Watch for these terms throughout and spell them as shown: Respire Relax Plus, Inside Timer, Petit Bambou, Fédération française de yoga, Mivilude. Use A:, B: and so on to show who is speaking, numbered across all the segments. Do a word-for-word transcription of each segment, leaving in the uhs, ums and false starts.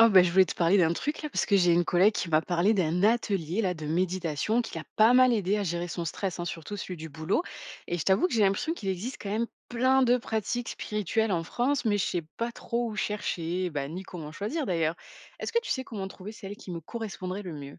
A: Oh bah, je voulais te parler d'un truc là, parce que j'ai une collègue qui m'a parlé d'un atelier là de méditation qui l'a pas mal aidé à gérer son stress, hein, surtout celui du boulot. Et je t'avoue que j'ai l'impression qu'il existe quand même plein de pratiques spirituelles en France, mais je sais pas trop où chercher, bah, ni comment choisir d'ailleurs. Est-ce que tu sais comment trouver celle qui me correspondrait le mieux?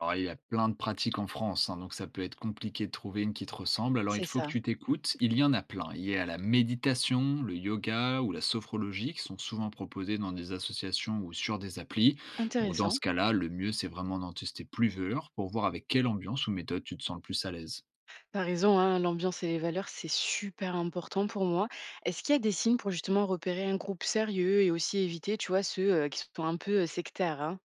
B: Alors, il y a plein de pratiques en France, hein, donc ça peut être compliqué de trouver une qui te ressemble. Alors, il
A: C'est
B: faut que
A: ça.
B: tu t'écoutes. Il y en a plein. Il y a la méditation, le yoga ou la sophrologie qui sont souvent proposés dans des associations ou sur des applis. Donc, dans ce
A: Intéressant.
B: cas-là, le mieux, c'est vraiment d'en tester plusieurs pour voir avec quelle ambiance ou méthode tu te sens le plus à l'aise.
A: T'as raison, hein, l'ambiance et les valeurs, c'est super important pour moi. Est-ce qu'il y a des signes pour justement repérer un groupe sérieux et aussi éviter, tu vois, ceux euh, qui sont un peu euh, sectaires?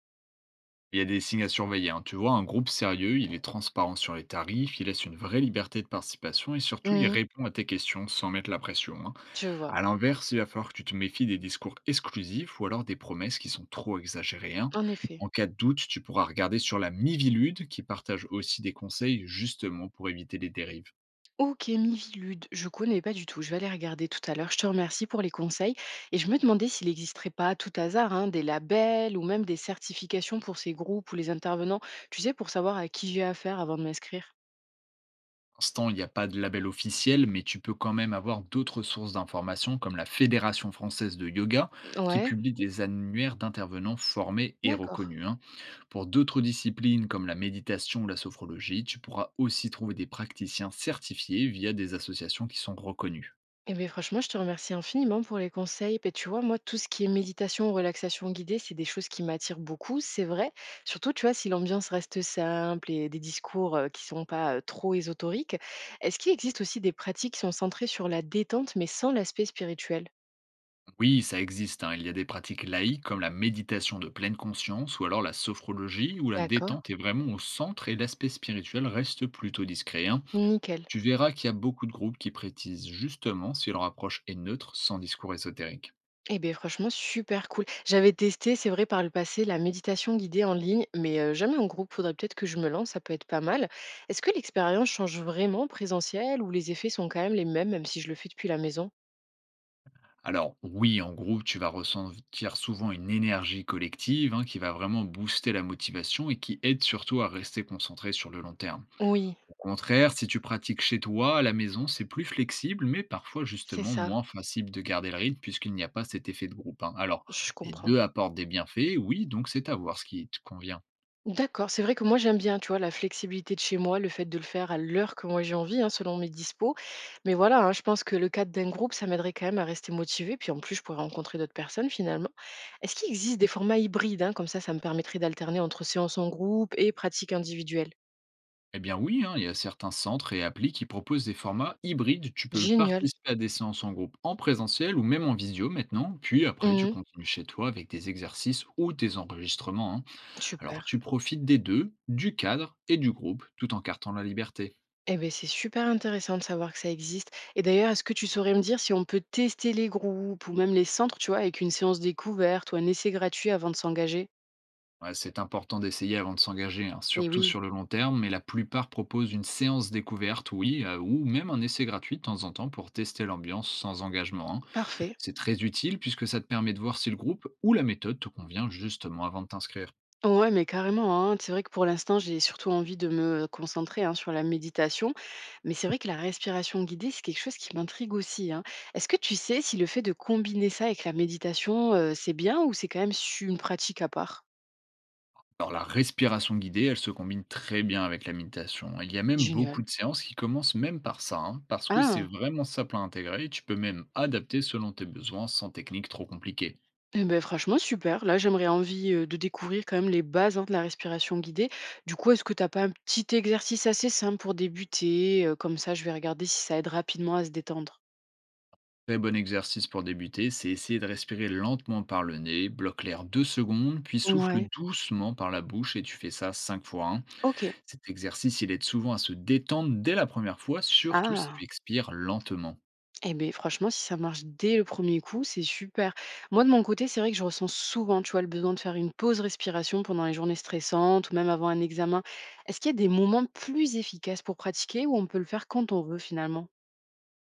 B: Il y a des signes à surveiller. Hein. Tu vois, un groupe sérieux, il est transparent sur les tarifs, il laisse une vraie liberté de participation et surtout, il
A: Hein.
B: répond à tes questions sans mettre la pression. Hein.
A: Je vois,
B: À l'inverse, il va falloir que tu te méfies des discours exclusifs ou alors des promesses qui sont trop exagérées. Hein.
A: en effet.
B: En cas de doute, tu pourras regarder sur la Mivilude qui partage aussi des conseils justement pour éviter les dérives.
A: Ok, Mivilude, je connais pas du tout. Je vais aller regarder tout à l'heure. Je te remercie pour les conseils. Et je me demandais s'il n'existerait pas à tout hasard hein, des labels ou même des certifications pour ces groupes ou les intervenants, tu sais, pour savoir à qui j'ai affaire avant de m'inscrire.
B: Pour l'instant, il n'y a pas de label officiel, mais tu peux quand même avoir d'autres sources d'informations comme la Fédération française de yoga qui
A: Ouais,
B: publie des annuaires d'intervenants formés et
A: d'accord.
B: reconnus. Hein. Pour d'autres disciplines comme la méditation ou la sophrologie, tu pourras aussi trouver des praticiens certifiés via des associations qui sont reconnues.
A: Eh bien, franchement, je te remercie infiniment pour les conseils. Et tu vois, moi, tout ce qui est méditation, relaxation guidée, c'est des choses qui m'attirent beaucoup, c'est vrai. Surtout, tu vois, si l'ambiance reste simple et des discours euh, qui sont pas euh, trop ésotériques, est-ce qu'il existe aussi des pratiques qui sont centrées sur la détente, mais sans l'aspect spirituel?
B: Oui, ça existe. Hein. Il y a des pratiques laïques comme la méditation de pleine conscience ou alors la sophrologie où la
A: D'accord.
B: détente est vraiment au centre et l'aspect spirituel reste plutôt discret. Hein.
A: Nickel.
B: Tu verras qu'il y a beaucoup de groupes qui prétisent justement si leur approche est neutre sans discours ésotérique.
A: Eh beh, franchement, super cool. J'avais testé, c'est vrai, par le passé, la méditation guidée en ligne, mais heu, jamais en groupe. Faudrait peut-être que je me lance, ça peut être pas mal. Est-ce que l'expérience change vraiment en présentiel ou les effets sont quand même les mêmes, même si je le fais depuis la maison?
B: Alors oui, en groupe, tu vas ressentir souvent une énergie collective hein, qui va vraiment booster la motivation et qui aide surtout à rester concentré sur le long terme.
A: Oui,
B: Au contraire, si tu pratiques chez toi, à la maison, c'est plus flexible, mais parfois
A: c'est
B: justement
A: ça,
B: moins facile de garder le rythme puisqu'il n'y a pas cet effet de groupe. Hein. Alors,
A: je
B: les
A: comprends.
B: deux apportent des bienfaits, oui, donc c'est à voir ce qui te convient.
A: D'accord, c'est vrai que moi j'aime bien, tu vois, la flexibilité de chez moi, le fait de le faire à l'heure que moi j'ai envie, hein, selon mes dispos. Mais voilà, hein, je pense que le cadre d'un groupe, ça m'aiderait quand même à rester motivée. Puis en plus, je pourrais rencontrer d'autres personnes finalement. Est-ce qu'il existe des formats hybrides, hein, comme ça, ça me permettrait d'alterner entre séances en groupe et pratiques individuelles?
B: Eh bien oui, hein, il y a certains centres et applis qui proposent des formats hybrides. Tu peux
A: Génial.
B: participer à des séances en groupe en présentiel ou même en visio maintenant, puis après tu
A: Mhm.
B: continues chez toi avec des exercices ou des enregistrements. Hein. Alors
A: Super.
B: tu profites des deux, du cadre et du groupe, tout en cartant la liberté.
A: Eh bien, c'est super intéressant de savoir que ça existe. Et d'ailleurs, est-ce que tu saurais me dire si on peut tester les groupes ou même les centres, tu vois, avec une séance découverte ou un essai gratuit avant de s'engager?
B: Ouais, c'est important d'essayer avant de s'engager, hein,
A: Eh
B: surtout
A: oui,
B: sur le long terme, mais la plupart proposent une séance découverte, oui, euh, ou même un essai gratuit de temps en temps pour tester l'ambiance sans engagement. Hein.
A: parfait.
B: C'est très utile puisque ça te permet de voir si le groupe ou la méthode te convient justement avant de t'inscrire.
A: Ouais, mais carrément, hein. C'est vrai que pour l'instant, j'ai surtout envie de me concentrer, hein, sur la méditation. Mais c'est vrai que la respiration guidée, c'est quelque chose qui m'intrigue aussi, hein. Est-ce que tu sais si le fait de combiner ça avec la méditation, heu, c'est bien ou c'est quand même su une pratique à part?
B: Alors la respiration guidée, elle se combine très bien avec la méditation. Hein. Il y a même beaucoup
A: Génial.
B: de séances qui commencent même par ça, hein, parce que c'est
A: Ah!
B: vraiment simple à intégrer et tu peux même adapter selon tes besoins sans technique trop compliquée.
A: Eh beh, franchement super. Là, j'aimerais envie, heu, de découvrir quand même les bases, hein, de la respiration guidée. Du coup, est-ce que tu as pas un petit exercice assez simple pour débuter? Heu, comme ça, je vais regarder si ça aide rapidement à se détendre.
B: Très bon exercice pour débuter, c'est essayer de respirer lentement par le nez, bloque l'air deux secondes, puis souffle
A: Ouais.
B: doucement par la bouche et tu fais ça cinq fois un.
A: OK.
B: Cet exercice, il aide souvent à se détendre dès la première fois, surtout si tu
A: Ah!
B: expires lentement.
A: Eh beh, franchement, si ça marche dès le premier coup, c'est super. Moi, de mon côté, c'est vrai que je ressens souvent, tu vois, le besoin de faire une pause respiration pendant les journées stressantes ou même avant un examen. Est-ce qu'il y a des moments plus efficaces pour pratiquer ou on peut le faire quand on veut finalement?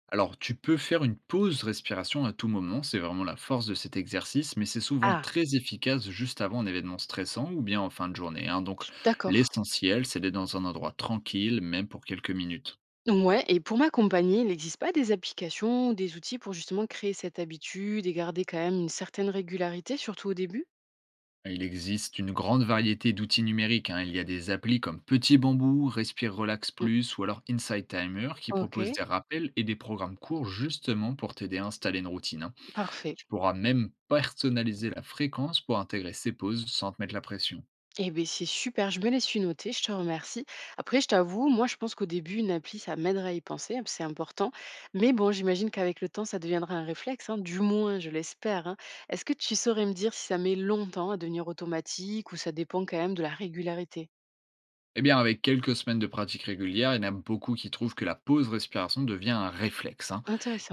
B: Alors, tu peux faire une pause respiration à tout moment, c'est vraiment la force de cet exercice, mais c'est souvent
A: Ah,
B: très efficace juste avant un événement stressant ou bien en fin de journée. Hein. Donc,
A: d'accord.
B: l'essentiel, c'est d'être dans un endroit tranquille, même pour quelques minutes.
A: Ouais, et pour m'accompagner, il n'existe pas des applications ou des outils pour justement créer cette habitude et garder quand même une certaine régularité, surtout au début?
B: Il existe une grande variété d'outils numériques. Hein. Il y a des applis comme Petit Bambou, Respire Relax
A: Mm.
B: Plus ou alors Inside Timer qui
A: Ok,
B: proposent des rappels et des programmes courts justement pour t'aider à installer une routine. Hein.
A: parfait.
B: Tu pourras même personnaliser la fréquence pour intégrer ces pauses sans te mettre la pression.
A: Eh beh, c'est super, je me les suis notées, je te remercie. Après, je t'avoue, moi, je pense qu'au début, une appli, ça m'aiderait à y penser, hein, c'est important. Mais bon, j'imagine qu'avec le temps, ça deviendra un réflexe, hein, du moins, je l'espère. Hein. Est-ce que tu saurais me dire si ça met longtemps à devenir automatique ou ça dépend quand même de la régularité?
B: Eh bien, avec quelques semaines de pratique régulière, il y en a beaucoup qui trouvent que la pause respiration devient un réflexe. Hein.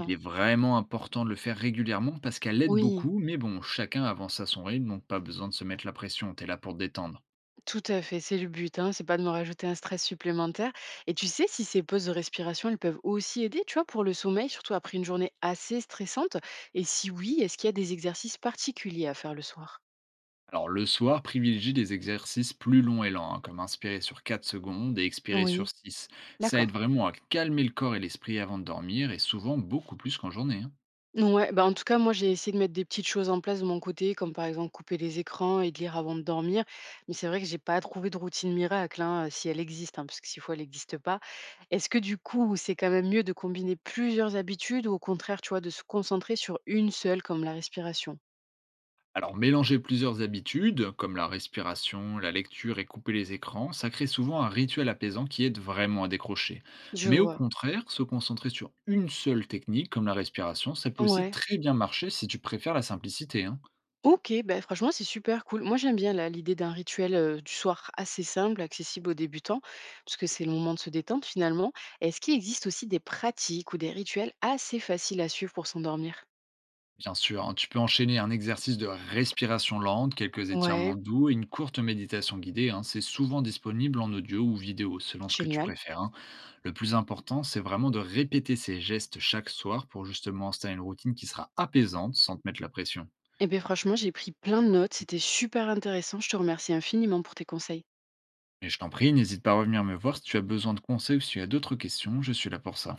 B: Il est vraiment important de le faire régulièrement parce qu'elle aide
A: Oui.
B: beaucoup, mais bon, chacun avance à son rythme, donc pas besoin de se mettre la pression, t'es là pour te détendre.
A: Tout à fait, c'est le but, hein, c'est pas de me rajouter un stress supplémentaire. Et tu sais si ces pauses de respiration, elles peuvent aussi aider, tu vois, pour le sommeil, surtout après une journée assez stressante? Et si oui, est-ce qu'il y a des exercices particuliers à faire le soir?
B: Alors le soir, privilégie des exercices plus longs et lents, hein, comme inspirer sur quatre secondes et expirer sur
A: Oui,
B: six. Ça aide
A: d'accord.
B: vraiment à calmer le corps et l'esprit avant de dormir, et souvent beaucoup plus qu'en journée. Hein.
A: Ouais, bah, en tout cas, moi, j'ai essayé de mettre des petites choses en place de mon côté, comme par exemple couper les écrans et de lire avant de dormir. Mais c'est vrai que j'ai pas trouvé de routine miracle, hein, si elle existe, hein, parce que s'il faut, elle n'existe pas. Est-ce que du coup, c'est quand même mieux de combiner plusieurs habitudes ou au contraire, tu vois, de se concentrer sur une seule, comme la respiration?
B: Alors mélanger plusieurs habitudes, comme la respiration, la lecture et couper les écrans, ça crée souvent un rituel apaisant qui aide vraiment à décrocher.
A: Je
B: Mais au
A: vois.
B: contraire, se concentrer sur une seule technique, comme la respiration, ça peut aussi
A: Ouais.
B: très bien marcher si tu préfères la simplicité. Hein.
A: OK, bah, franchement, c'est super cool. Moi, j'aime bien là, l'idée d'un rituel, heu, du soir assez simple, accessible aux débutants, parce que c'est le moment de se détendre finalement. Est-ce qu'il existe aussi des pratiques ou des rituels assez faciles à suivre pour s'endormir?
B: Bien sûr, hein, tu peux enchaîner un exercice de respiration lente, quelques étirements
A: Ouais,
B: doux et une courte méditation guidée. Hein. C'est souvent disponible en audio ou vidéo, selon ce que tu
A: génial.
B: préfères. Hein. Le plus important, c'est vraiment de répéter ces gestes chaque soir pour justement installer une routine qui sera apaisante sans te mettre la pression.
A: Eh beh, franchement, j'ai pris plein de notes, c'était super intéressant. Je te remercie infiniment pour tes conseils.
B: Et je t'en prie, n'hésite pas à revenir me voir si tu as besoin de conseils ou si tu as d'autres questions, je suis là pour ça.